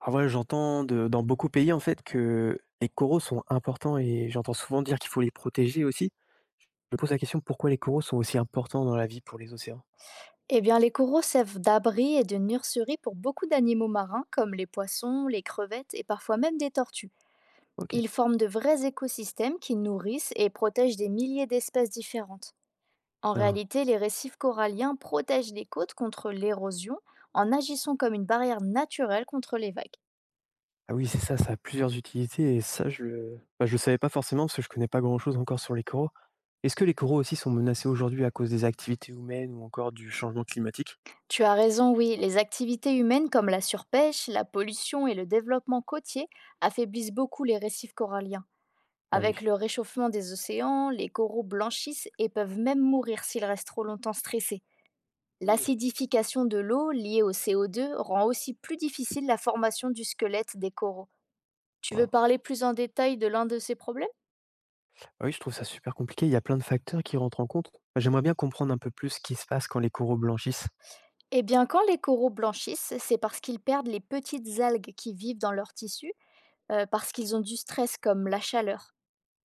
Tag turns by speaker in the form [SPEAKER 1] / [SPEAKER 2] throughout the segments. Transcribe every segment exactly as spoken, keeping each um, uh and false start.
[SPEAKER 1] Ah ouais, j'entends de dans beaucoup de pays, en fait, que les coraux sont importants et j'entends souvent dire qu'il faut les protéger aussi. Je me pose la question pourquoi les coraux sont aussi importants dans la vie pour les océans?
[SPEAKER 2] Eh bien, les coraux servent d'abri et de nurserie pour beaucoup d'animaux marins, comme les poissons, les crevettes et parfois même des tortues.
[SPEAKER 1] OK.
[SPEAKER 2] Ils forment de vrais écosystèmes qui nourrissent et protègent des milliers d'espèces différentes. En
[SPEAKER 1] Ah.
[SPEAKER 2] réalité, les récifs coralliens protègent les côtes contre l'érosion en agissant comme une barrière naturelle contre les vagues.
[SPEAKER 1] Ah oui, c'est ça, ça a plusieurs utilités et ça je le bah, je le savais pas forcément parce que je connais pas grand-chose encore sur les coraux. Est-ce que les coraux aussi sont menacés aujourd'hui à cause des activités humaines ou encore du changement climatique?
[SPEAKER 2] Tu as raison, oui, les activités humaines comme la surpêche, la pollution et le développement côtier affaiblissent beaucoup les récifs coralliens.
[SPEAKER 1] Ah
[SPEAKER 2] Avec
[SPEAKER 1] oui.
[SPEAKER 2] le réchauffement des océans, les coraux blanchissent et peuvent même mourir s'ils restent trop longtemps stressés.
[SPEAKER 1] Mmh.
[SPEAKER 2] L'acidification de l'eau liée au C O deux rend aussi plus difficile la formation du squelette des coraux. Tu veux
[SPEAKER 1] Waouh.
[SPEAKER 2] parler plus en détail de l'un de ces problèmes?
[SPEAKER 1] Ah oui, je trouve ça super compliqué, il y a plein de facteurs qui rentrent en compte. Bah, j'aimerais bien comprendre un peu plus ce qui se passe quand les coraux blanchissent.
[SPEAKER 2] Eh bien, quand les coraux blanchissent, c'est parce qu'ils perdent les petites algues qui vivent dans leurs tissus, euh, parce qu'ils ont du stress comme la chaleur.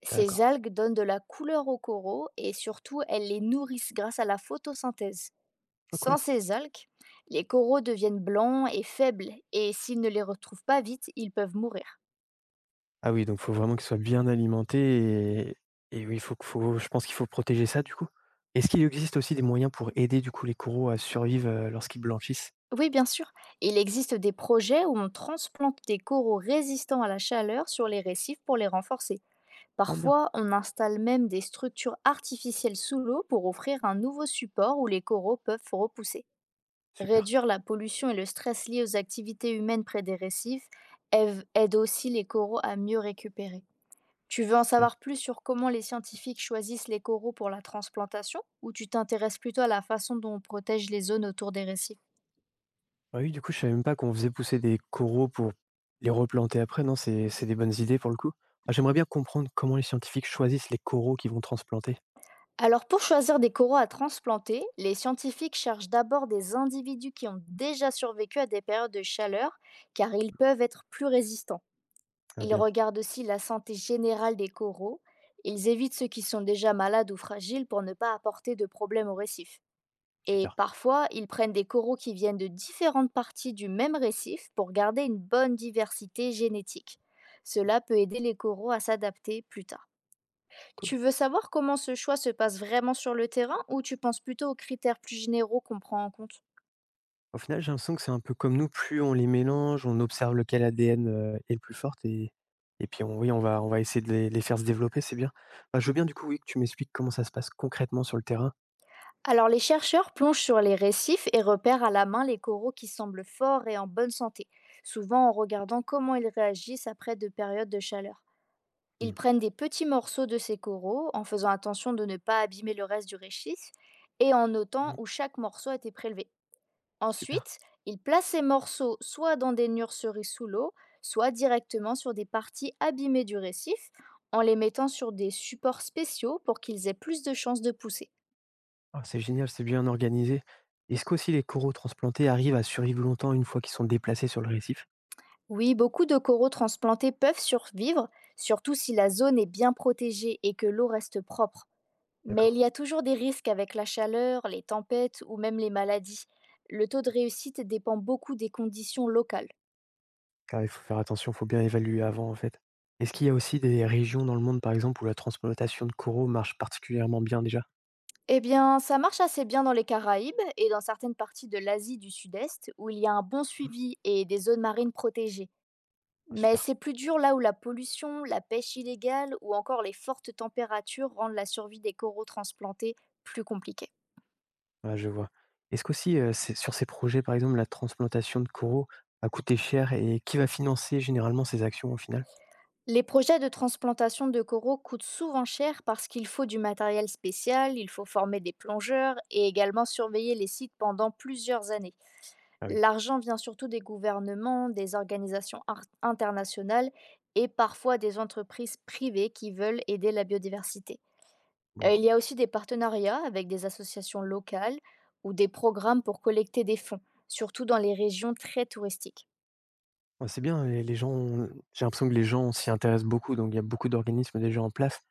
[SPEAKER 2] Ces
[SPEAKER 1] D'accord.
[SPEAKER 2] algues donnent de la couleur aux coraux et surtout, elles les nourrissent grâce à la photosynthèse.
[SPEAKER 1] Ah
[SPEAKER 2] Sans
[SPEAKER 1] cool.
[SPEAKER 2] ces algues, les coraux deviennent blancs et faibles, et s'ils ne les retrouvent pas vite, ils peuvent mourir.
[SPEAKER 1] Ah oui, donc faut vraiment qu'il soit bien alimenté et et oui, faut que faut je pense qu'il faut protéger ça du coup. Est-ce qu'il existe aussi des moyens pour aider du coup les coraux à survivre, heu, lorsqu'ils blanchissent?
[SPEAKER 2] Oui, bien sûr, il existe des projets où on transplante des coraux résistants à la chaleur sur les récifs pour les renforcer.
[SPEAKER 1] Ah bien,
[SPEAKER 2] Parfois, on installe même des structures artificielles sous l'eau pour offrir un nouveau support où les coraux peuvent repousser.
[SPEAKER 1] super,
[SPEAKER 2] Réduire la pollution et le stress liés aux activités humaines près des récifs aide aide aussi les coraux à mieux récupérer. Tu veux en
[SPEAKER 1] c'est bien.
[SPEAKER 2] savoir plus sur comment les scientifiques choisissent les coraux pour la transplantation, ou tu t'intéresses plutôt à la façon dont on protège les zones autour des récifs?
[SPEAKER 1] Ah oui, du coup, je savais même pas qu'on faisait pousser des coraux pour les replanter après, non, c'est c'est des bonnes idées pour le coup. Ah, j'aimerais bien comprendre comment les scientifiques choisissent les coraux qu'ils vont transplanter.
[SPEAKER 2] Alors, pour choisir des coraux à transplanter, les scientifiques cherchent d'abord des individus qui ont déjà survécu à des périodes de chaleur, car ils peuvent être plus résistants.
[SPEAKER 1] Ah
[SPEAKER 2] Ils
[SPEAKER 1] bien,
[SPEAKER 2] regardent aussi la santé générale des coraux, ils évitent ceux qui sont déjà malades ou fragiles pour ne pas apporter de problème au récif. Et
[SPEAKER 1] super,
[SPEAKER 2] parfois, ils prennent des coraux qui viennent de différentes parties du même récif pour garder une bonne diversité génétique. Cela peut aider les coraux à s'adapter plus tard.
[SPEAKER 1] cool.
[SPEAKER 2] Tu veux savoir comment ce choix se passe vraiment sur le terrain, ou tu penses plutôt aux critères plus généraux qu'on prend en compte?
[SPEAKER 1] Au final, j'ai l'impression que c'est un peu comme nous, plus on les mélange, on observe lequel A D N, heu, est le plus forte et et puis on oui, on va on va essayer de les les faire se développer, c'est bien. Bah, je veux bien du coup, oui, que tu m'expliques comment ça se passe concrètement sur le terrain.
[SPEAKER 2] Alors, les chercheurs plongent sur les récifs et repèrent à la main les coraux qui semblent forts et en bonne santé, souvent en
[SPEAKER 1] OK.
[SPEAKER 2] regardant comment ils réagissent après de périodes de chaleur. Ils
[SPEAKER 1] Mmh
[SPEAKER 2] prennent des petits morceaux de ces coraux, en faisant attention de ne pas abîmer le reste du récif et en notant
[SPEAKER 1] mh.
[SPEAKER 2] où chaque morceau a été prélevé.
[SPEAKER 1] Super.
[SPEAKER 2] Ensuite, ils placent ces morceaux soit dans des nurseries sous l'eau, soit directement sur des parties abîmées du récif, en les mettant sur des supports spéciaux pour qu'ils aient plus de chances de pousser.
[SPEAKER 1] Ah, c'est génial, c'est bien organisé. Est-ce qu'aussi les coraux transplantés arrivent à survivre longtemps une fois qu'ils sont déplacés sur le récif?
[SPEAKER 2] Oui, beaucoup de coraux transplantés peuvent survivre, surtout si la zone est bien protégée et que l'eau reste propre. Mais
[SPEAKER 1] D'accord.
[SPEAKER 2] il y a toujours des risques avec la chaleur, les tempêtes ou même les maladies. Le taux de réussite dépend beaucoup des conditions locales.
[SPEAKER 1] Car il faut faire attention, il faut bien évaluer avant en fait. Est-ce qu'il y a aussi des régions dans le monde, par exemple, où la transplantation de coraux marche particulièrement bien déjà?
[SPEAKER 2] Eh bien, ça marche assez bien dans les Caraïbes et dans certaines parties de l'Asie du Sud-Est, où il y a un bon
[SPEAKER 1] Mmh.
[SPEAKER 2] suivi et des zones marines protégées.
[SPEAKER 1] Ah
[SPEAKER 2] Mais
[SPEAKER 1] super.
[SPEAKER 2] c'est plus dur là où la pollution, la pêche illégale ou encore les fortes températures rendent la survie des coraux transplantés plus compliquée.
[SPEAKER 1] Ouais, je vois. Est-ce qu'aussi, heu, c'est sur ces projets, par exemple, la transplantation de coraux a coûté cher et qui va financer généralement ces actions au final?
[SPEAKER 2] Les projets de transplantation de coraux coûtent souvent cher parce qu'il faut du matériel spécial, il faut former des plongeurs et également surveiller les sites pendant plusieurs années.
[SPEAKER 1] Ah oui,
[SPEAKER 2] L'argent vient surtout des gouvernements, des organisations ar- internationales et parfois des entreprises privées qui veulent aider la biodiversité. Euh,
[SPEAKER 1] bon.
[SPEAKER 2] Il y a aussi des partenariats avec des associations locales ou des programmes pour collecter des fonds, surtout dans les régions très touristiques.
[SPEAKER 1] Ouais, c'est bien et les gens ont j'ai l'impression que les gens s'y intéressent beaucoup, donc il y a beaucoup d'organismes déjà en place.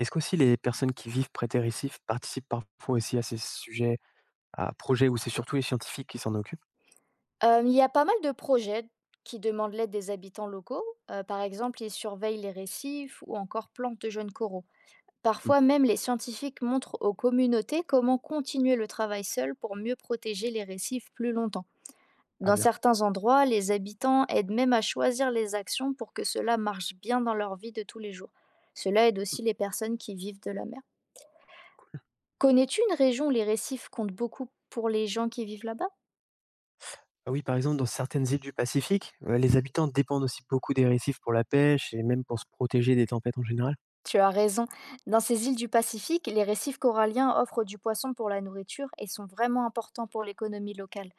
[SPEAKER 1] Est-ce qu'aussi les personnes qui vivent près des récifs participent parfois aussi à ces sujets, à projets où c'est surtout les scientifiques qui s'en occupent?
[SPEAKER 2] Hem, il y a pas mal de projets qui demandent l'aide des habitants locaux. Heu, par exemple, ils surveillent les récifs ou encore plantent de jeunes coraux.
[SPEAKER 1] Mmh.
[SPEAKER 2] Parfois même, les scientifiques montrent aux communautés comment continuer le travail seul pour mieux protéger les récifs plus longtemps.
[SPEAKER 1] Ah
[SPEAKER 2] Dans
[SPEAKER 1] bien.
[SPEAKER 2] certains endroits, les habitants aident même à choisir les actions pour que cela marche bien dans leur vie de tous les jours. Cela aide
[SPEAKER 1] Mmh,
[SPEAKER 2] aussi les personnes qui vivent de la mer.
[SPEAKER 1] cool.
[SPEAKER 2] Connais-tu une région où les récifs comptent beaucoup pour les gens qui vivent là-bas?
[SPEAKER 1] Ah oui, par exemple, dans certaines îles du Pacifique, heu, les habitants dépendent aussi beaucoup des récifs pour la pêche et même pour se protéger des tempêtes en général?
[SPEAKER 2] Tu as raison. Dans ces îles du Pacifique, les récifs coralliens offrent du poisson pour la nourriture et sont vraiment importants pour l'économie locale.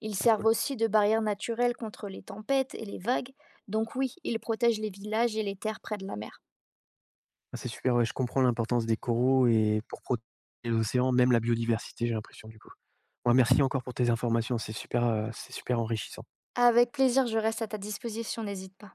[SPEAKER 2] Ils
[SPEAKER 1] Ah
[SPEAKER 2] servent
[SPEAKER 1] cool.
[SPEAKER 2] aussi de barrière naturelle contre les tempêtes et les vagues, donc oui, ils protègent les villages et les terres près de la mer.
[SPEAKER 1] Ah, c'est super, ouais, je comprends l'importance des coraux et pour protéger l'océan, même la biodiversité, j'ai l'impression du coup. Ouais, merci encore pour tes informations, c'est super, heu, c'est super enrichissant.
[SPEAKER 2] Avec plaisir, je reste à ta disposition, n'hésite pas.